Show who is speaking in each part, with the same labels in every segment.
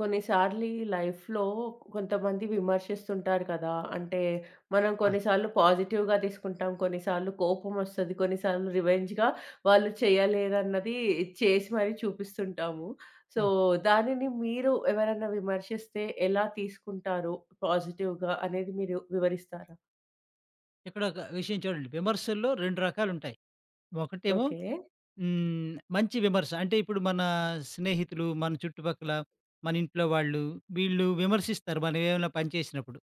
Speaker 1: కొన్నిసార్లు ఈ లైఫ్‌లో కొంతమంది విమర్శిస్తుంటారు కదా! అంటే మనం
Speaker 2: ఆ!
Speaker 1: కొన్నిసార్లు పాజిటివ్‌గా తీసుకుంటాం. కొన్నిసార్లు కోపమొస్తది. కొన్నిసార్లు రివెంజ్‌గా వాళ్ళు చేయలేదన్నది చేసి మరి చూపిస్తుంటాము. సో,
Speaker 2: ఆ!
Speaker 1: దానిని మీరు ఎవరన్నా విమర్శిస్తే ఎలా తీసుకుంటారు పాజిటివ్‌గా అనేది మీరు వివరిస్తారా?
Speaker 2: ఇక్కడ ఒక విషయం చూడండి. విమర్శల్లో 2 రకాలుంటాయి. ఒకటేమో
Speaker 1: ఓకే.
Speaker 2: మంచి విమర్శ. అంటే ఇప్పుడు మన స్నేహితులు, మన చుట్టుపక్కల, మన ఇంట్లో వాళ్ళు వీళ్ళు విమర్శిస్తారు మనం ఏమైనా పని చేసినప్పుడు.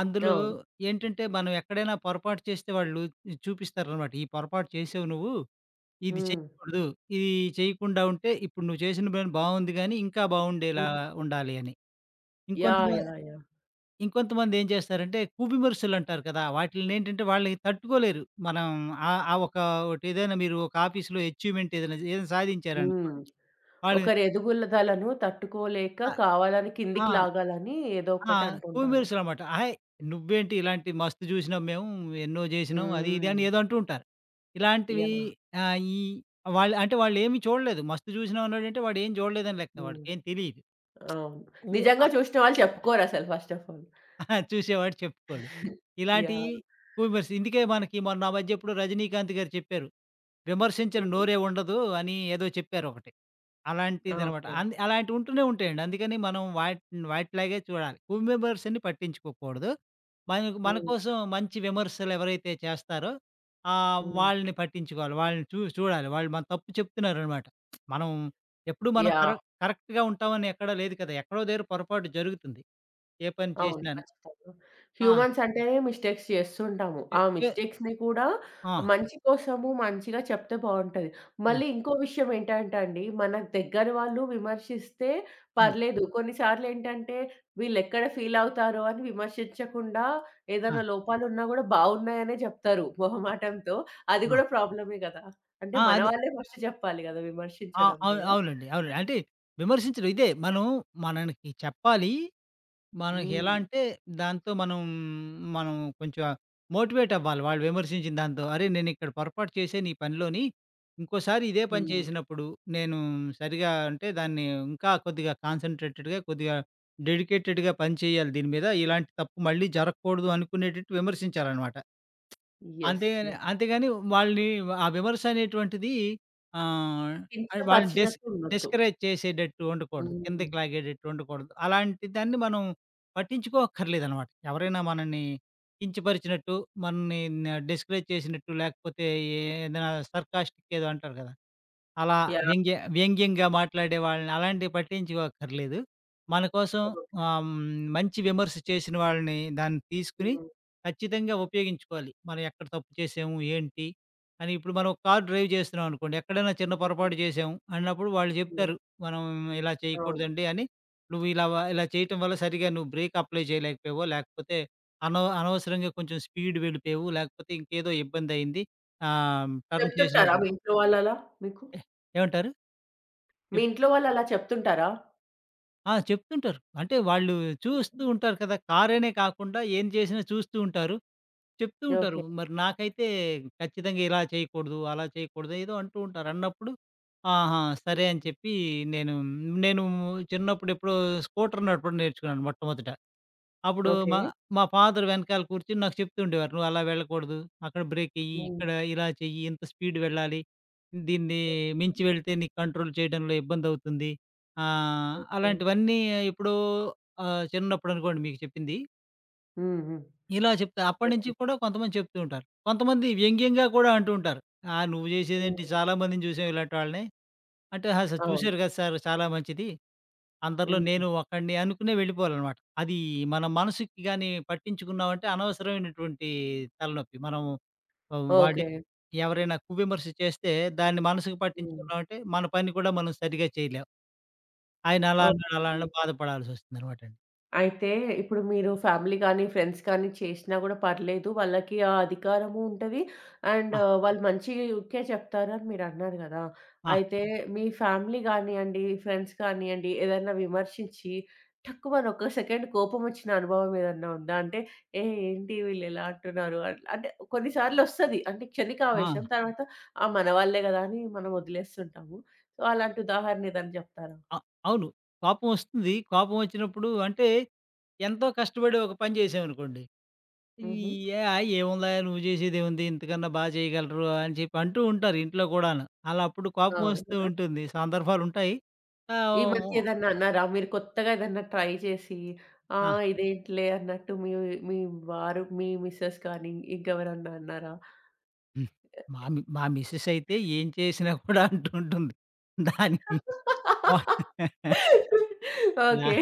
Speaker 2: అందులో
Speaker 1: అవును.
Speaker 2: ఏంటంటే మనం ఎక్కడైనా పొరపాటు చేస్తే వాళ్ళు చూపిస్తారనమాట. "ఈ పొరపాటు చేసావు నువ్వు. ఇది
Speaker 1: హ్మ్.
Speaker 2: చేయకూడదు. ఇది చేయకుండా ఉంటే ఇప్పుడు నువ్వు చేసిన పని బావుంది గానీ ఇంకా
Speaker 1: హ్మ్.
Speaker 2: బావుండేలా ఉండాలి" అని. ఇంకొంత
Speaker 1: యాహ్! యాహ్! యాహ్!
Speaker 2: ఇంకొంతమందేం చేస్తారంటే కూబిమరుసులంటారు కదా! వాటిలినేంటంటే వాళ్ళయి తట్టుకోలేరు. మనం ఆహ్, ఆ ఒక ఒకటేదైనా మీరు ఒక ఆఫీస్‌లో అచీవ్‌మెంట్ ఏదైనా ఏదైనా
Speaker 1: హ్మ్.
Speaker 2: సాధించారనుకోండి. వాళ్ళు
Speaker 1: ఒకరి ఎదుగుదలను తట్టుకోలేక
Speaker 2: ఆహ్,
Speaker 1: కావాలని
Speaker 2: ఆ!
Speaker 1: కిందికి లాగాలని ఏదో
Speaker 2: ఆ!
Speaker 1: ఒకటి అంటుంటారు.
Speaker 2: కూబిమరుసులనమాట. "అహేయ్! నువ్వేంటి ఇలాంటి మస్తు జూసినాం మేము, ఎన్నో జేసినాం" అది ఇది
Speaker 1: హ్మ్.
Speaker 2: అని ఏదో అంటూ ఉంటారు. ఇలాంటివి
Speaker 1: యాహ్!
Speaker 2: ఆహ్, ఈ వాళ్ళు అంటే వాళ్ళేమి చూడలేదు. మస్తు జూసినాం అన్నాడంటే వాడేం జూడలేదని లెక్క.
Speaker 1: హ్మ్.
Speaker 2: వాడికేం తెలీదు.
Speaker 1: అవును.
Speaker 2: ఊ ఆ
Speaker 1: నిజంగా చూసిన వాళ్ళు చెప్పుకోరసలు ఫస్ట్ ఆఫ్ ఆల్.
Speaker 2: అహా! చూసేవాడు చెప్పుకోడు. ఇలాంటియి
Speaker 1: యాహ్!
Speaker 2: హ్యూమర్స్. ఇందుకే మనకి మొన్న ఆ మధ్య ఎప్పుడో 'రజనీకాంత్' గారు చెప్పారు. విమర్శించని
Speaker 1: హ్మ్.
Speaker 2: నోరే ఉండదు అని ఏదో చెప్పారొకటి. అలాంటిదనమాట.
Speaker 1: ఓకే.
Speaker 2: అంది అలాంటివి ఉంటూనే ఉంటాయండి. అందుకని మనం వాటిలాగే చూడాలి. హ్యూమర్స్‌ని పట్టించుకోకూడదు. మన మన
Speaker 1: హ్మ్.
Speaker 2: కోసం మంచి విమర్శలెవరైతే చేస్తారో
Speaker 1: హ్మ్.
Speaker 2: వాళ్ళని పట్టించుకోవాలి. వాళ్ళని చూడాలి. వాళ్ళు మన తప్పు చెప్తున్నారనమాట. మనం ఎప్పుడూ మనం
Speaker 1: యాహ్!
Speaker 2: కరెక్ట్‌గా ఉంటామని ఎక్కడా లేదు కదా! ఎక్కడో దగ్గర పొరపాటు జరుగుతుంది. ఏ పని
Speaker 1: అవును.
Speaker 2: చేసినాను.
Speaker 1: ఖచ్చితంగా.
Speaker 2: ఆ!
Speaker 1: హ్యూమన్స్ అంటేనే మిస్టేక్స్ చేస్తుంటాము.
Speaker 2: ఎ
Speaker 1: ఆ
Speaker 2: ఎ
Speaker 1: మిస్టేక్స్‌ని కూడా
Speaker 2: ఆ!
Speaker 1: మంచి కోసము మంచిగా చెప్తే బావుంటది.
Speaker 2: హ్మ్.
Speaker 1: మళ్ళీ ఇంకో విషయం ఏంటంటే అండి, మనకు దగ్గర వాళ్ళు విమర్శిస్తే
Speaker 2: హ్మ్.
Speaker 1: పర్లేదు. కొన్నిసార్లు ఏంటంటే వీళ్ళెక్కడ ఫీల్ అవుతారో అని విమర్శించకుండా
Speaker 2: ఆ!
Speaker 1: ఏదైనా లోపాలున్నా గూడా బావున్నాయనే జెప్తారు
Speaker 2: ఆ!
Speaker 1: మొహమాటంతో. అది
Speaker 2: ఆ!
Speaker 1: గూడా ప్రాబ్లమే గదా! అంటే
Speaker 2: ఆ!
Speaker 1: మన
Speaker 2: అది.
Speaker 1: వాళ్ళే ఫస్ట్ జెప్పాలి గదా!
Speaker 2: ఆ!
Speaker 1: విమర్శించడం
Speaker 2: అవును.
Speaker 1: గూడా.
Speaker 2: అవునండి. అవునండి. అంటే విమర్శించడం ఇదే. మనం మనకి చెప్పాలి. మనకి
Speaker 1: హ్మ్.
Speaker 2: ఎలా అంటే దాంతో మనం, మనం కొంచెం మోటివేట్ అవ్వాలి. వాళ్ళు విమర్శించిన దాంతో. "అరే! నేనిక్కడ పొరపాటు చేశాను ఈ పనిలోని. ఇంకోసారి ఇదే పని
Speaker 1: హ్మ్.
Speaker 2: చేసినప్పుడు నేను సరిగా అంటే దాన్ని ఇంకా కొద్దిగా కాన్సంట్రేటెడ్‌గా, కొద్దిగా డెడికేటెడ్‌గా పని చేయాలి దీని మీద. ఇలాంటి తప్పు మళ్ళీ జరగకూడదు" అనుకునేటట్టు విమర్శించాలనమాట.
Speaker 1: యెస్.
Speaker 2: అంతేగాని
Speaker 1: యెస్.
Speaker 2: అంతేగాని వాళ్ళని ఆ విమర్శ అనేటువంటిది ఆహ్, అది వాళ్ళని
Speaker 1: కించపరిచినట్టు ఉండొద్దు.
Speaker 2: డిస్కరేజ్ చేసేటట్టు ఉండకూడదు.
Speaker 1: హ్మ్.
Speaker 2: కిందకి లాగేటట్టు ఉండకూడదు. అలాంటి దాన్ని మనం పట్టించుకోక్కర్లేదనమాట. ఎవరైనా మనల్ని కించపరిచినట్టు, మనల్ని డిస్కరేజ్ చేసినట్టు లేకపోతే ఏదైనా సర్కాస్టిక్ ఏదో అంటారు కదా! అలా
Speaker 1: యాహ్!
Speaker 2: వ్యంగ్యంగా మాట్లాడే వాళ్ళని అలాంటివి పట్టించుకోక్కర్లేదు. మన కోసం
Speaker 1: ఓకే.
Speaker 2: మంచి విమర్శ చేసిన వాళ్ళని దాన్ని తీసుకొని
Speaker 1: హ్మ్.
Speaker 2: ఖచ్చితంగా ఉపయోగించుకోవాలి. మనం ఎక్కడ తప్పు చేసాము? ఏంటి? అని ఇప్పుడు మనం కార్ డ్రైవ్ చేస్తున్నాం అనుకోండి. ఎక్కడైనా చిన్న
Speaker 1: హ్మ్.
Speaker 2: పొరపాటు చేసాము అన్నప్పుడు వాళ్ళు
Speaker 1: హ్మ్.
Speaker 2: చెప్తారు. మనం ఇలా
Speaker 1: అవును.
Speaker 2: చేయకూడదండి అని. నువ్వు ఇలా చేయటం వల్ల సరిగ్గా నువ్వు బ్రేక్ అప్లై చేయలేకపోయావో, లేకపోతే అనవసరంగా కొంచెం స్పీడ్ వెళ్ళిపోయావు. లేకపోతే ఇంకేదో ఇబ్బందయింది. టర్న్
Speaker 1: చెప్తుంటారా
Speaker 2: చేసినప్పుడు
Speaker 1: మీ ఇంట్లో వాళ్ళలా మీకు?
Speaker 2: ఏ- ఏమంటారు?
Speaker 1: మీ
Speaker 2: చెప్
Speaker 1: ఇంట్లో వాళ్ళు అలా చెప్తుంటారా?
Speaker 2: ఆ! చెప్తుంటారు. అంటే వాళ్ళు
Speaker 1: హుహు.
Speaker 2: చూస్తూ ఉంటారు కదా! కారనే కాకుండా ఏం చేసినా చూస్తూ ఉంటారు. చెప్తూ ఉంటారు.
Speaker 1: ఓకే.
Speaker 2: మరి నాకైతే ఖచ్చితంగా ఇలా చేయకూడదు, అలా చేయకూడదు ఏదో అంటూ ఉంటారు. అన్నప్పుడు ఆహా! సరే అని
Speaker 1: హుహు.
Speaker 2: చెప్పి నేను నేను చిన్నప్పుడు ఎప్పుడో స్కూటర్ నడపడం నేర్చుకున్నాను మొట్టమొదట. అప్పుడు
Speaker 1: ఓకే.
Speaker 2: మా మా ఫాదర్ వెనకాల కూర్చొని నాకు చెప్తూ ఉండేవారు. "నువ్వు అలా వెళ్ళకూడదు. అక్కడ బ్రేక్ ఎయ్యి.
Speaker 1: హ్మ్.
Speaker 2: ఇక్కడ ఇలా చెయ్యి. ఇంత స్పీడ్ వెళ్ళాలి. దీన్ని మించి వెళ్తే నీకు కంట్రోల్ చేయడంలో ఇబ్బందవుతుంది."
Speaker 1: ఓకే.
Speaker 2: అలాంటివన్నీ ఎప్పుడో చిన్నప్పుడు అనుకోండి మీకు చెప్పింది.
Speaker 1: హ్మ్. హ్మ్.
Speaker 2: ఇలా చెప్తే అప్పటినుంచి
Speaker 1: ఓకే.
Speaker 2: కూడా కొంతమంది చెప్తూ ఉంటారు. కొంతమంది వ్యంగ్యంగా కూడా అంటూ ఉంటారు. "ఆ! నువ్వు
Speaker 1: హ్మ్.
Speaker 2: చేసేదేంటి? చాలామందిని చూసాం ఇలాంటి వాళ్ళని." అంటే "ఆహా!
Speaker 1: అవును.
Speaker 2: చూసారు కదా సార్ చాలా మంచిది." అందరిలో
Speaker 1: హ్మ్.
Speaker 2: నేను ఒక్కడిని అనుకునే వెళ్ళిపోవాలనమాట. అది మన మనసుకి గాని పట్టించుకున్నామంటే అనవసరమైనటువంటి తలనొప్పి. మనం ఆహ్, వాడి
Speaker 1: ఓకే.
Speaker 2: ఎవరైనా కువిమర్శ చేస్తే దాన్ని మనసుకు
Speaker 1: హ్మ్.
Speaker 2: పట్టించుకున్నామంటే మన పని కూడా మనం సరిగ్గా చేయలేం. ఆయన అలా అన్నాడు, అలా
Speaker 1: ఓకే.
Speaker 2: అన్నాడు బాధపడాల్సొస్తుందనమాటండి.
Speaker 1: అయితే ఇప్పుడు మీరు ఫ్యామిలీ కానీ, ఫ్రెండ్స్ కానీ చేసినా గూడా పర్లేదు. వాళ్ళకి ఆ అధికారము ఉంటది. అండ్
Speaker 2: ఆ!
Speaker 1: వాళ్ళు మంచికే చెప్తారని మీరన్నారు గదా!
Speaker 2: ఆ!
Speaker 1: అయితే మీ ఫ్యామిలీ గానియండి, ఫ్రెండ్స్ కానియండి ఏదైనా విమర్శించి ఠక్కుమని ఒక్క సెకండ్ కోపమొచ్చిన అనుభవం ఏదన్నా ఉందా? అంటే ఏంటి వీళ్ళు ఇలా అంటున్నారు? అట్లా అంటే కొన్నిసార్లొస్తది. అంటే
Speaker 2: ఆ!
Speaker 1: క్షణికావేశం. తర్వాత ఆ! మన వాళ్ళే గదా! అని మనం వదిలేస్తుంటాము. సో, అలాంటి ఉదాహరణ ఏదైనా జెప్తారా?
Speaker 2: అ అవును. కోపం వస్తుంది. కోపం వచ్చినప్పుడు అంటే ఎంతో కష్టపడి ఒక పని చేశామనుకోండి
Speaker 1: హుహు.
Speaker 2: ఇయ్య! ఏముందిలే నువ్వు చేసేదేముంది ఇంతకన్నా చేయగలరు అని చెప్పి అంటూ ఉంటారు ఇంట్లో కూడాను. అలా అప్పుడు కోపమొస్తూ
Speaker 1: అవునా?
Speaker 2: ఉంటుంది. సందర్భాలుంటాయి.
Speaker 1: ఈ
Speaker 2: ఆహ్, ఓ
Speaker 1: మధ్య ఏదన్నా అన్నారా? మీరు కొత్తగా ఏదన్నా ట్రై చేసి, ఆ!
Speaker 2: ఆ!
Speaker 1: ఇదేంటిలే అన్నట్టు మీ మీ వారు, మీ మిసెస్ కానీ ఇంకెవరన్నా అన్నారా?
Speaker 2: హ్మ్. మా మి మా మిసెస్ అయితే ఏం చేసినా కూడా అంటూ ఉంటుంది. దానికి వా లా
Speaker 1: ఓకే.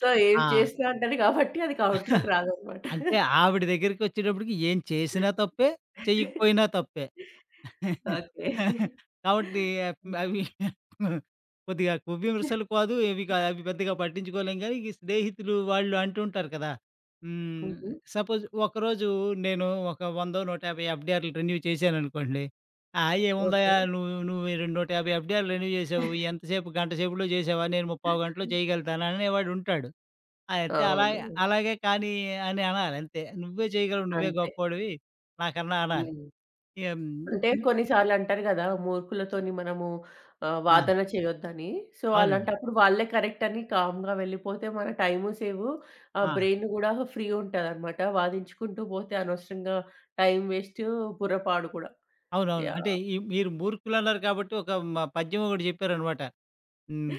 Speaker 1: సో, ఏం
Speaker 2: ఆ!
Speaker 1: చేసినా అంటారు కాబట్టి అది కౌంట్‌లోకి రాదనమాట.
Speaker 2: అంటే ఆవిడ దగ్గరికొచ్చేటప్పటికి ఏం చేసినా తప్పే, చెయ్యకపోయినా తప్పే.
Speaker 1: ఓకే.
Speaker 2: కాబట్టి అవి కొద్దిగా విమర్శలు కాదు, ఏవి కాదు. అవి పెద్దగా పట్టించుకోలేం గానీ, ఈ స్నేహితులు వాళ్ళు అంటుంటారు కదా! హ్మ్.
Speaker 1: హుహు.
Speaker 2: సపోజ్ ఒకరోజు నేను ఒక 100, 150 ఎఫ్‌డిఆర్‌లు రెన్యూ చేశాననుకోండి. ఆ! ఏముందయ్యా
Speaker 1: ఓకే.
Speaker 2: నువ్వు నువ్వు 250 ఎఫ్‌డిఆర్‌లు రెన్యూ చేసావు. ఎంతసేపు గంట సేపులో చేసావా? నేను ముప్పావు గంటలో చేయగలుగుతాను అనేవాడు ఉంటాడు. అయితే
Speaker 1: అవును.
Speaker 2: అలాగే కానీ అని అనాలి అంతే. నువ్వే చేయగలవు. నువ్వే
Speaker 1: అంతే.
Speaker 2: గొప్పోడివి. నాకన్నా అనాలి.
Speaker 1: హ్మ్.
Speaker 2: ఏం
Speaker 1: అంటే
Speaker 2: ఇన్
Speaker 1: కొన్నిసార్లు అంటారు గదా! మూర్ఖులతోని మనము
Speaker 2: ఆ!
Speaker 1: వాదన చేయొద్దని. సో,
Speaker 2: అవునండి.
Speaker 1: అలాంటప్పుడు వాళ్ళే కరెక్ట్ అని కామ్‌గా వెళ్ళిపోతే మన టైము సేవు.
Speaker 2: ఆ!
Speaker 1: బ్రెయిన్ గూడా ఫ్రీ ఉంటదనమాట. వాదించుకుంటూ పోతే అనవసరంగా టైం వేస్టు, బుర్రపాడు కూడా.
Speaker 2: అవునవును. అంటే
Speaker 1: యాహ్!
Speaker 2: ఈ మీరు మూర్ఖులన్నారు కాబట్టి ఒక మ పద్యం ఒకటి చెప్పారనమాట. హ్మ్.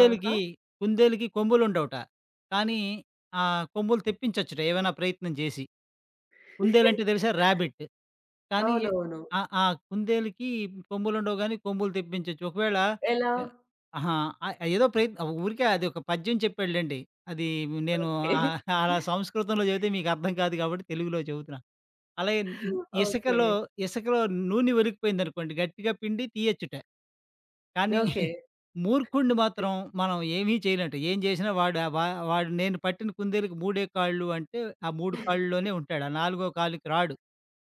Speaker 1: ఆహా!
Speaker 2: కుందేలుకి కొమ్ములుండవుట. కానీ ఆ కొమ్ములు తెప్పించొచ్చుట ఏమైనా ప్రయత్నం చేసి. కుందేలంటే తెలుసా? రాబిట్. కానీ ఎ
Speaker 1: అవునవును.
Speaker 2: ఆ! ఆ! కుందేలుకి కొమ్ములుండవు గానీ, కొమ్ములు తెప్పించొచ్చు. ఒకవేళ
Speaker 1: ఎలా?
Speaker 2: ఎ అహా! ఏదో ప్రయత్నం ఊరికే అది ఒక పద్యం చెప్పాడులెండి. అది నేను
Speaker 1: ఓకే.
Speaker 2: అలా సంస్కృతంలో చెబితే మీకు అర్థం కాదు కాబట్టి తెలుగులో చెబుతున్నా. అలాగే న్
Speaker 1: ఓకే.
Speaker 2: ఇసకలో ఇసకలో నూనె ఒలికిపోయిందనుకోండి, గట్టిగా పిండి తీయొచ్చుట. కానీ
Speaker 1: ఓకే.
Speaker 2: మూర్ఖుడిని మాత్రం మనం ఏమీ చేయలేంట. ఏం చేసినా వాడు ఆహ్, వా వాడు నేను పట్టిన కుందేలుకి మూడే కాళ్ళు అంటే, ఆ 3 కాళ్ళలోనే ఉంటాడు. ఆ నాలుగో కాలుకి రాడు.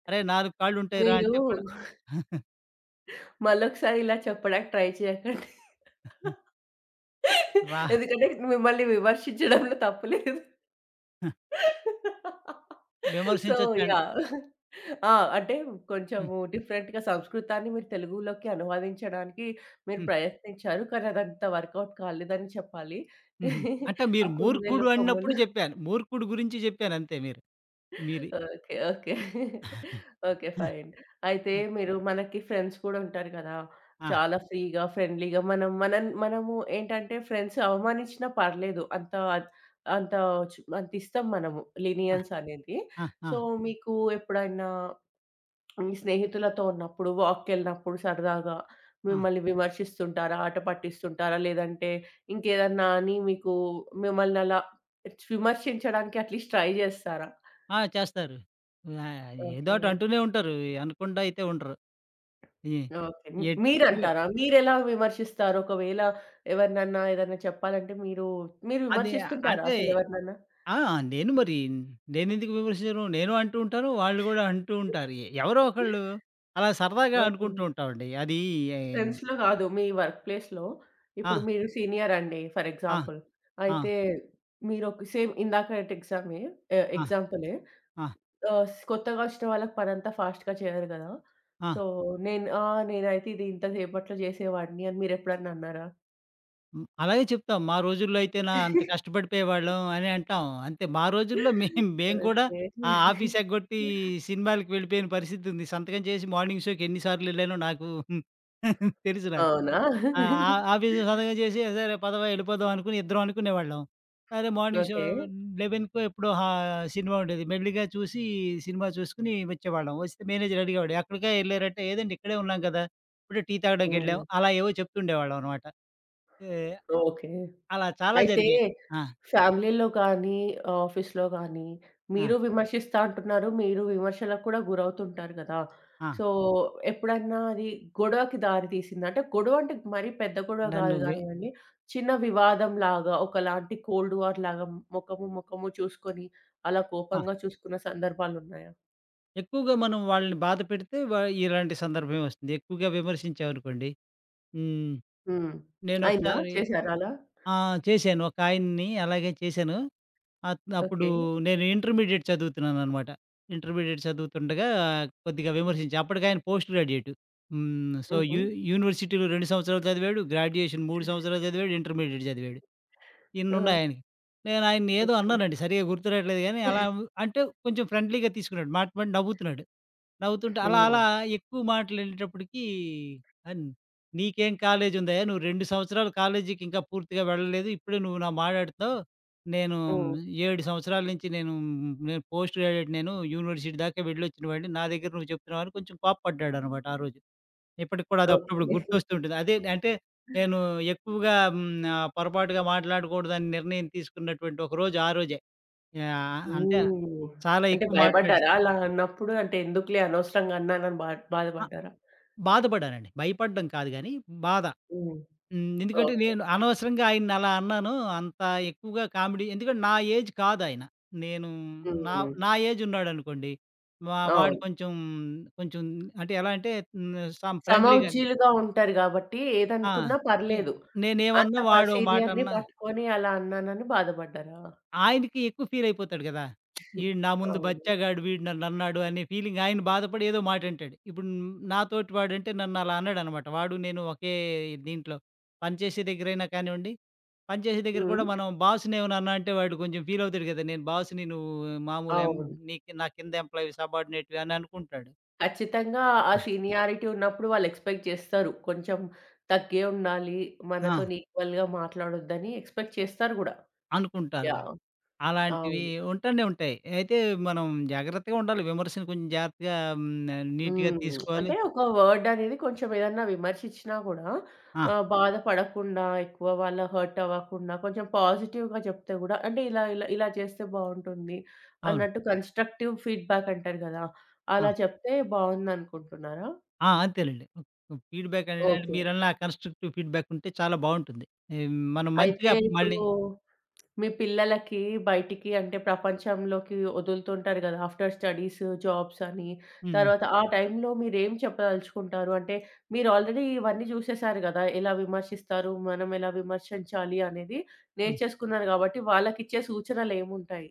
Speaker 2: "అరేయ్! 4 కాళ్ళు ఉంటాయి రా"
Speaker 1: మీరు
Speaker 2: అంటే కూడా
Speaker 1: మళ్ళొకసారి ఇలా చెప్పడానికి ట్రై చేయకండి.
Speaker 2: రా
Speaker 1: ఎందుకంటే మిమ్మల్ని విమర్శించడంలో తప్పు లేదు. సో,
Speaker 2: విమర్శించొచ్చండి.
Speaker 1: యాహ్! ఆ! అంటే
Speaker 2: హ్మ్.
Speaker 1: కొంచెము డిఫరెంట్‌గా సంస్కృతాన్ని మీరు తెలుగులోకి అనువదించడానికి మీరు
Speaker 2: హ్మ్.
Speaker 1: ప్రయత్నించారు. కానీ అదంతా వర్కౌట్ కాలేదని చెప్పాలి.
Speaker 2: హుహు. అంటే
Speaker 1: ఆ
Speaker 2: మీరు
Speaker 1: కుందేలు
Speaker 2: మూర్ఖుడు అన్నప్పుడు
Speaker 1: కొమ్ములు
Speaker 2: జెప్పాను. మూర్ఖుడు గురించి జెప్పాను అంతే మీరు. మీరి
Speaker 1: ఓకే. ఓకే. ఓకే. ఫైన్. అయితే
Speaker 2: ఆ!
Speaker 1: మీరు మనకి ఫ్రెండ్స్ కూడా ఉంటారు కదా!
Speaker 2: ఆ!
Speaker 1: చాలా ఫ్రీగా, ఫ్రెండ్లీగా మనం మనం మనము ఏంటంటే ఫ్రెండ్స్ అవమానించినా పర్లేదు. అంత అంత చు అంత ఇస్తాం మనము
Speaker 2: ఆ!
Speaker 1: లీనియన్స్ అనేది.
Speaker 2: ఆ!
Speaker 1: సో, మీకు ఎప్పుడైనా మీ స్నేహితులతో ఉన్నప్పుడు వాక్‌కెళ్ళినప్పుడు సరదాగా
Speaker 2: ఆ!
Speaker 1: మిమ్మల్ని విమర్శిస్తుంటారా? ఆట పట్టిస్తుంటారా? లేదంటే ఇంకేదన్నా అని మీకు మిమ్మల్ని అలా విమర్శించడానికి అట్‌లీస్ట్ ట్రై చేస్తారా?
Speaker 2: ఆ! చేస్తారు.
Speaker 1: ఓకే.
Speaker 2: ఏదోటి అంటూనే ఉంటారు. అనకుండా అయితే ఉండరు. ఎ
Speaker 1: ఓకే.
Speaker 2: ఎట్టు
Speaker 1: మీరంటారా? మీరెలా విమర్శిస్తారు? ఒకవేళ ఎవరినన్నా ఏదన్నా చెప్పాలంటే మీరు
Speaker 2: అది
Speaker 1: విమర్శిస్తుంటారా
Speaker 2: అంటే
Speaker 1: అసలెవరినన్నా?
Speaker 2: ఆ! నేను మరి నేనెందుకు విమర్శించను? నేను అంటూ ఉంటాను. వాళ్ళు గూడా అంటూ ఉంటారు. ఎవరో ఒకళ్ళు అలా సరదాగా
Speaker 1: ఓకే.
Speaker 2: అనుకుంటూ ఉంటామండి. అది
Speaker 1: ఫ్రెండ్స్‌లో గాదు. మీ వర్క్ ప్లేస్‌లో ఇప్పుడు
Speaker 2: ఆ!
Speaker 1: మీరు సీనియర్ అండి ఫర్
Speaker 2: ఆ!
Speaker 1: ఎగ్జాంపుల్.
Speaker 2: ఆ!
Speaker 1: అయితే మీరొక సేమ్ ఇందాకటి ఎగ్జామే
Speaker 2: ఆ!
Speaker 1: ఎగ్జాంపులే.
Speaker 2: ఆ!
Speaker 1: ఆహ్, స్ కొత్తగా ఒచ్చిన వాళ్ళకి పనంతా ఫాస్ట్‌గా చేయరు గదా!
Speaker 2: ఆ!
Speaker 1: సో, నేను ఆ! నేనైతే ఇంత సేపట్లో జేసేవాడిని అని మీరెప్పుడన్నా అన్నారా?
Speaker 2: హ్మ్. అలాగే చెప్తాం. మా రోజుల్లో అయితేనా అంత కష్టపడిపోయేవాళ్ళం అని అంటాం. అంతే మా రోజుల్లో మేము కూడా
Speaker 1: ఓకే.
Speaker 2: ఆఫీస్ ఎగ్గొట్టి సినిమాలకి వెళ్ళిపోయిన పరిస్థితుంది. సంతకం చేసి మార్నింగ్ షోకి ఎన్ని సార్లెళ్ళానో తెలుసు నాకు.
Speaker 1: అవునా?
Speaker 2: ఆ! ఆ ఆఫీసు సొంతంగా చేసి సరే పదవ వెళ్ళిపోదాం అనుకుని ఇద్దరం అనుకునేవాళ్ళం. సరే మార్నింగ్ షో
Speaker 1: ఓకే.
Speaker 2: 11కో ఎప్పుడో హా సినిమా ఉండేది. మెల్లిగా సినిమా చూసుకొని వచ్చేవాళ్ళం. వస్తే మేనేజర్ అడిగేవాడు. "ఎక్కడికే ఎళ్లారంటే" "ఏదండి ఇక్కడే ఉన్నాం కదా! ఇప్పుడే టీ తాగడానికి
Speaker 1: హ్మ్.
Speaker 2: వెళ్ళాం." అలా ఏవో చెప్తుండేవాళ్ళం అనమాట. ఏ
Speaker 1: ఓకే.
Speaker 2: అలా చాలా
Speaker 1: అయితే
Speaker 2: జరిగాయి. ఆ!
Speaker 1: ఫ్యామిలీలో గానీ, ఆఫీస్‌లో గానీ
Speaker 2: ఆ!
Speaker 1: మీరు విమర్శిస్తా అంటున్నారు. మీరు విమర్శలకు కూడా గురవుతుంటారు గదా!
Speaker 2: ఆ!
Speaker 1: సో, ఎప్పుడన్నా అది గొడవకి దారి తీసిందా? అంటే గొడవ అంటే మరీ పెద్ద గొడవ
Speaker 2: నన్ను
Speaker 1: గాదు
Speaker 2: వె
Speaker 1: గానియండి. చిన్న వివాదం లాగా ఒకలాంటి కోల్డ్ వార్ లాగా ముఖము, ముఖము చూసుకొని అలా
Speaker 2: ఆ!
Speaker 1: కోపంగా చూసుకున్న సందర్భాలున్నాయా?
Speaker 2: ఎక్కువగా మనం వాళ్ళని బాధ పెడితే ఇలాంటి సందర్భమే వస్తుంది. ఎక్కువగా విమర్శించామనుకోండి. హ్మ్.
Speaker 1: హ్మ్. అయిందా?
Speaker 2: నేనొకసారి
Speaker 1: చేశారా అలా?
Speaker 2: ఆ! చేశాను. ఒక ఆయన్ని అలాగే చేశాను. అప్పుడు
Speaker 1: ఓకే.
Speaker 2: నేను ఇంటర్మీడియేట్ చదువుతున్నాననమాట. ఇంటర్మీడియేట్ చదువుతుండగా కొద్దిగా విమర్శించా. అప్పటికాయన పోస్ట్ గ్రాడ్యుయేట్. సో,
Speaker 1: హుహు.
Speaker 2: యూనివర్సిటీలో 2 సంవత్సరాలు చదివాడు. గ్రాడ్యుయేషన్ 3 సంవత్సరాలు చదివాడు. ఇంటర్మీడియేట్ చదివాడు.
Speaker 1: ఆ!
Speaker 2: ఇన్నున్నాయాయనకి. నేను ఆయన్ని ఏదో
Speaker 1: ఓకే.
Speaker 2: అన్నానండి. సరిగ్గా గుర్తురాట్లేదు గానీ అలా
Speaker 1: హ్మ్.
Speaker 2: అంటే కొంచెం ఫ్రెండ్లీగా తీసుకున్నాడు. మాట మాట నవ్వుతున్నాడు. నవ్వుతుంటే అలా
Speaker 1: హ్మ్.
Speaker 2: అలా ఎక్కువ మాటలెళ్ళేటప్పటికి అన్ "నీకేం కాలేజుందయ్యా! నువ్వు 2 సంవత్సరాలు కాలేజీకి ఇంకా పూర్తిగా వెళ్ళలేదు. ఇప్పుడే నువ్వు నా మాటాడుతున్నావు. నేను 7 సంవత్సరాల నుంచి నేను నేను పోస్ట్ గ్రాడ్యుయేట్ నేను. యూనివర్సిటీ దాకా వెళ్ళొచ్చిన వాడిని. నా దగ్గర నువ్వు చెప్తున్నావు" అని కొంచెం కోప్పడ్డాడనమాట ఆ రోజు. ఇప్పటికి కూడా అది అప్పుడప్పుడు
Speaker 1: ఓకే.
Speaker 2: గుర్తొస్తూ ఉంటుంది. అదే అంటే నేను ఎక్కువగా పొరపాటుగా మాట్లాడకూడదని నిర్ణయం తీసుకున్నటువంటి ఒక రోజు ఆ రోజే. యాహ్! అంటే
Speaker 1: హ్మ్.
Speaker 2: చాలా
Speaker 1: అంటే
Speaker 2: ఎక్కువ
Speaker 1: భయపడ్డారా
Speaker 2: మాట్లాడేసాను.
Speaker 1: అలా అన్నప్పుడు? అంటే ఎందుకులే అనవసరంగా అన్నానని
Speaker 2: అ!
Speaker 1: బాధపడ్డారా?
Speaker 2: బాధపడానండి. భయపడడం కాదు గానీ, బాధ.
Speaker 1: హ్మ్.
Speaker 2: ఎందుకంటే
Speaker 1: ఓకే.
Speaker 2: నేను అనవసరంగా ఆయన్నలా అన్నాను. అంత ఎక్కువగా కామెడీ ఎందుకంటే నా ఏజ్ కాదాయన. నేను నా
Speaker 1: హ్మ్.
Speaker 2: నా ఏజున్నాడనుకోండి. వాడు
Speaker 1: అవును.
Speaker 2: కొంచెం అంటే ఎలా అంటే హ్మ్. సం ఫ్రెండ్లీగా
Speaker 1: సమవుజ్జీలుగా ఉంటారు గాబట్టి
Speaker 2: ఆ!
Speaker 1: ఏదనుకున్నా
Speaker 2: నే
Speaker 1: పర్లేదు. అంత
Speaker 2: నేనేమన్నా వాడో
Speaker 1: సీనియర్‌ని
Speaker 2: మాటన్నా
Speaker 1: పట్టుకొని అలా అన్నానని బాధపడ్డారా?
Speaker 2: ఆయనకి ఎక్కువ ఫీలయిపోతాడు గదా! ఈడు నా ముందు
Speaker 1: అవును.
Speaker 2: బచ్చాగాడు, వీడు నన్నన్నాడు అనే ఫీలింగ్ ఆయన బాధపడి ఏదో మాటంటాడు. ఇప్పుడు నాతోటి వాడంటే నన్నలా అన్నాడనమాట. వాడు నేను ఒకే దీంట్లో పనిచేసే దగ్గరైనా కానివ్వండి, పనిచేసే దగ్గర కూడా
Speaker 1: హ్మ్.
Speaker 2: మనం బాస్‌ని ఏమైనా అన్నా అంటే వాడు కొంచెం ఫీలవుతాడు గదా! నేను బాస్‌ని నువ్వు మామూలు ఎం
Speaker 1: అవును.
Speaker 2: నీకు నా కింద ఎంప్లాయివి, సబార్డినేట్‌వి అని అనుకుంటాడు.
Speaker 1: ఖచ్చితంగా ఆ సీనియారిటీ ఉన్నప్పుడు వాళ్ళు ఎక్స్‌పెక్ట్ చేస్తారు. కొంచెం తగ్గే ఉండాలి,
Speaker 2: ఆ!
Speaker 1: మనతోని ఈక్వల్‌గా మాట్లాడొద్దని ఎక్స్‌పెక్ట్ చేస్తారు గూడా.
Speaker 2: అనుకుంటారు గదా!
Speaker 1: యాహ్!
Speaker 2: అలాంటివి
Speaker 1: అవును.
Speaker 2: ఉంటానే ఉంటాయి. అయితే మనం జాగ్రత్తగా ఉండాలి. విమర్శను కొంచెం జాగ్రత్తగా నీట్‌గా
Speaker 1: హ్మ్.
Speaker 2: తీసుకోవాలి.
Speaker 1: అంటే ఒక వర్డ్ అనేది కొంచెం ఏదన్నా విమర్శించినా గూడా
Speaker 2: ఆ!
Speaker 1: బాధపడకుండా, ఎక్కువ వాళ్ళ హర్ట్ అవ్వకుండా, కొంచెం పాజిటివ్‌గా చెప్తే గూడా అంటే ఇలా, ఇలా, ఇలా చేస్తే బావుంటుంది
Speaker 2: అవును.
Speaker 1: అన్నట్టు కన్‌స్ట్రక్టివ్ ఫీడ్‌బ్యాక్ అంటారు గదా!
Speaker 2: ఆ!
Speaker 1: అలా చెప్తే బావుందనుకుంటున్నారా?
Speaker 2: ఆ! అంతేనండి. ఫీడ్‌బ్యాక్ అనేది అంటే
Speaker 1: ఓకే.
Speaker 2: మీరన్న కన్‌స్ట్రక్టివ్ ఫీడ్‌బ్యాక్ ఉంటే చాలా బావుంటుంది. ఆహ్, మనం
Speaker 1: అయితే
Speaker 2: మంచిగా మళ్ళీ
Speaker 1: ఇప్పుడు మీ పిల్లలకి బయటికి అంటే ప్రపంచంలోకి వదులుతుంటారు కదా! ఆఫ్టర్ స్టడీస్, జాబ్స్ అని.
Speaker 2: హ్మ్.
Speaker 1: తర్వాత ఆ టైంలో మీరేం చెప్పదలుచుకుంటారు? అంటే మీరు ఆల్రెడీ ఇవన్నీ చూసేసారు కదా! ఎలా విమర్శిస్తారు? మనం ఎలా విమర్శించాలి? అనేది
Speaker 2: హ్మ్.
Speaker 1: నేర్చేసుకున్నారు కాబట్టి వాళ్ళకిచ్చే సూచనలేముంటాయి?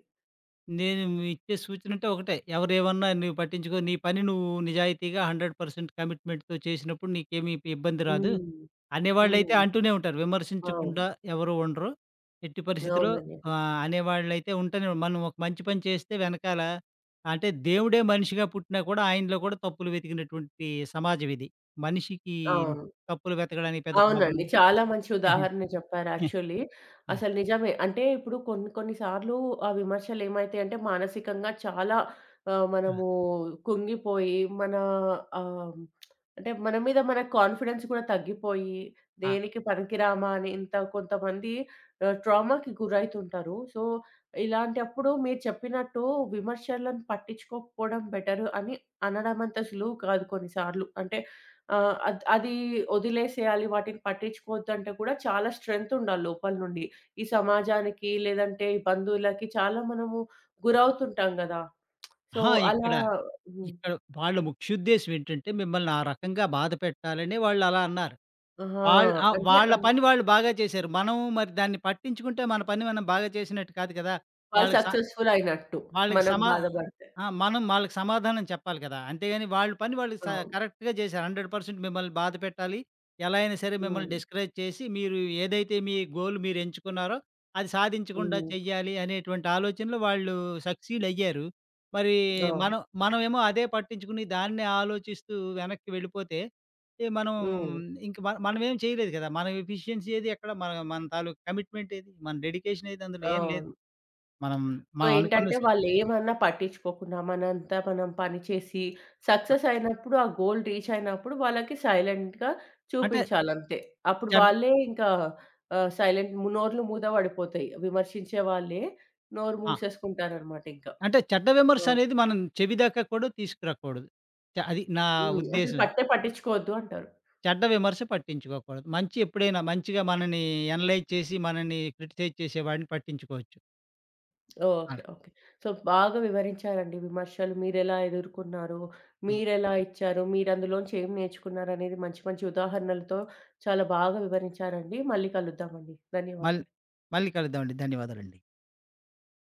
Speaker 2: నేను ఇచ్చే సూచన అంటే ఒకటే. ఎవరేమన్నా నువ్వు పట్టించుకో. నీ పని నువ్వు నిజాయితీగా 100% కమిట్మెంట్‌తో చేసినప్పుడు నీకేమి ఇబ్బంది రాదు.
Speaker 1: హ్మ్.
Speaker 2: అనేవాళ్ళైతే
Speaker 1: హ్మ్.
Speaker 2: అంటూనే ఉంటారు.
Speaker 1: అవును.
Speaker 2: విమర్శించకుండా ఎవరు ఉండరు. ఎట్టి పరిస్థితిలో
Speaker 1: అవునండి.
Speaker 2: అనేవాళ్ళైతే ఉంటూనే ఉం- మనం ఒక మంచి పని చేస్తే వెనకాల అంటే దేవుడే మనిషిగా పుట్టినా కూడా ఆయనలో కూడా తప్పులు వెతికినటువంటి సమాజం ఇది. మనిషికి
Speaker 1: అవును.
Speaker 2: తప్పులు వెతకడానికి పెద్ద ప్రాబ్లమ్
Speaker 1: అవునండి. చాలా మంచి ఉదాహరణ చెప్పారు యాక్చువల్లీ.
Speaker 2: ఆ! ఆ!
Speaker 1: అసలు నిజమే. అంటే ఇప్పుడు కొన్ని కొన్ని సార్లు ఆ విమర్శలేమైతాయంటే మానసికంగా చాలా మనము కుంగిపోయి మన ఆహ్, అంటే మన మీద మన కాన్ఫిడెన్స్ కూడా తగ్గిపోయి,
Speaker 2: ఆ!
Speaker 1: దేనికి పనికిరామా అని ఇంత కొంతమంది ట్రామాకి గురైతుంటారు. సో, ఇలాంటప్పుడు మీరు చెప్పినట్టు విమర్శలను పట్టించుకోకపోవడం బెటర్ అని అనడమంత సులువు కాదు కొన్నిసార్లు. అంటే ఆ! అది వదిలేసేయాలి, వాటిని పట్టించుకోవద్దంటే కూడా చాలా స్ట్రెంగ్త్ ఉండాలి లోపల నుండి. ఈ సమాజానికి లేదంటే ఈ బంధువులకి చాలా మనము గురవుతుంటాం గదా! సో,
Speaker 2: అహా!
Speaker 1: అలా
Speaker 2: ఇక్కడ
Speaker 1: హ్మ్.
Speaker 2: ఇక్కడ వాళ్ళ ముఖ్యోద్దేశ్యం ఏంటంటే, మిమ్మల్ని ఆ రకంగా బాధ పెట్టాలనే వాళ్ళలా అన్నారు.
Speaker 1: ఆ!
Speaker 2: వాళ్ళు
Speaker 1: అంటే
Speaker 2: వాళ్ళ పని వాళ్ళు బాగా చేశారు. మనం మరి దాన్ని పట్టించుకుంటే, మన పని మనం బాగా చేసినట్టు కాదు కదా!
Speaker 1: వాళ్ళు
Speaker 2: వాళ్ళకి స
Speaker 1: సక్సెస్‌ఫుల్ అయినట్టు
Speaker 2: వాళ్ళకి
Speaker 1: మనం
Speaker 2: సమా
Speaker 1: బాధపడితే.
Speaker 2: ఆ! మనం వాళ్ళకి సమాధానం చెప్పాలి కదా! అంతేగాని వాళ్ళ పని వాళ్ళు స
Speaker 1: అవును.
Speaker 2: కరెక్ట్‌గా చేశారు. 100% మిమ్మల్ని బాధ పెట్టాలి. ఎలా అయినా సరే మిమ్మల్ని
Speaker 1: హ్మ్.
Speaker 2: డిస్కరేజ్ చేసి మీరు ఏదైతే మీ గోల్ మీరు ఎంచుకున్నారో అది సాధించకుండా
Speaker 1: హ్మ్.
Speaker 2: చెయ్యాలి అనేటువంటి ఆలోచనలో వాళ్ళు సక్సీడ్ అయ్యారు. మరి
Speaker 1: అవును.
Speaker 2: మనం మనమేమో అదే పట్టించుకుని దాన్నే ఆలోచిస్తూ వెనక్కి వెళ్ళిపోతే ఏ మనం
Speaker 1: హ్మ్.
Speaker 2: ఇంక మన మనమేం చేయలేదు కదా! మన ఎఫిషియన్సీ ఏది ఎక్కడ మన మన తాలూకు కమిట్మెంట్ ఏది? మన డెడికేషన్ ఏది అందులో ఏం లేదు.
Speaker 1: అవును.
Speaker 2: మనం
Speaker 1: సో,
Speaker 2: మనం అనుకున్న
Speaker 1: ఏంటంటే
Speaker 2: స
Speaker 1: వాళ్ళేమన్నా పట్టించుకోకుండా మనంతా మనం పని చేసి సక్సెస్ అయినప్పుడు, ఆ గోల్ రీచ్ అయినప్పుడు వాళ్ళకి సైలెంట్‌గా
Speaker 2: అంటే
Speaker 1: చూపించాలంతే. అప్పుడు
Speaker 2: చెడ్
Speaker 1: వాళ్ళే ఇంకా సైలెంట్ నోర్లు మూత పడిపోతాయి. విమర్శించే వాళ్ళే నోరు
Speaker 2: ఆ!
Speaker 1: మూసేసుకుంటారనమాట ఇంకా.
Speaker 2: అంటే చెడ్డ
Speaker 1: ఆ!
Speaker 2: విమర్శనేది మనం చెవి దాకా కూడా తీసుకురాకూడదు. అది నా
Speaker 1: హ్మ్. అసలు
Speaker 2: ఉద్దేశం.
Speaker 1: పట్టించుకోవద్దు అంటారు.
Speaker 2: చెడ్డ విమర్శ పట్టించుకోకూడదు. మంచి ఎప్పుడైనా మంచిగా మనని అనలైజ్ చేసి, మనని క్రిటిసైజ్ చేసేవాడిని పట్టించుకోవచ్చు.
Speaker 1: ఓకే.
Speaker 2: అలా.
Speaker 1: ఓకే. సో, బాగా వివరించారండి విమర్శలు మీరెలా ఎదుర్కొన్నారు?
Speaker 2: హ్మ్.
Speaker 1: మీరెలా ఇచ్చారు? మీరందులోంచి ఏం నేర్చుకున్నారనేది మంచి మంచి ఉదాహరణలతో చాలా బాగా వివరించారండి. మళ్ళీ కలుద్దామండి.
Speaker 2: మళ్
Speaker 1: ధన్యవాదాలు.
Speaker 2: మళ్ళీ కలుద్దామండి. ధన్యవాదాలండి.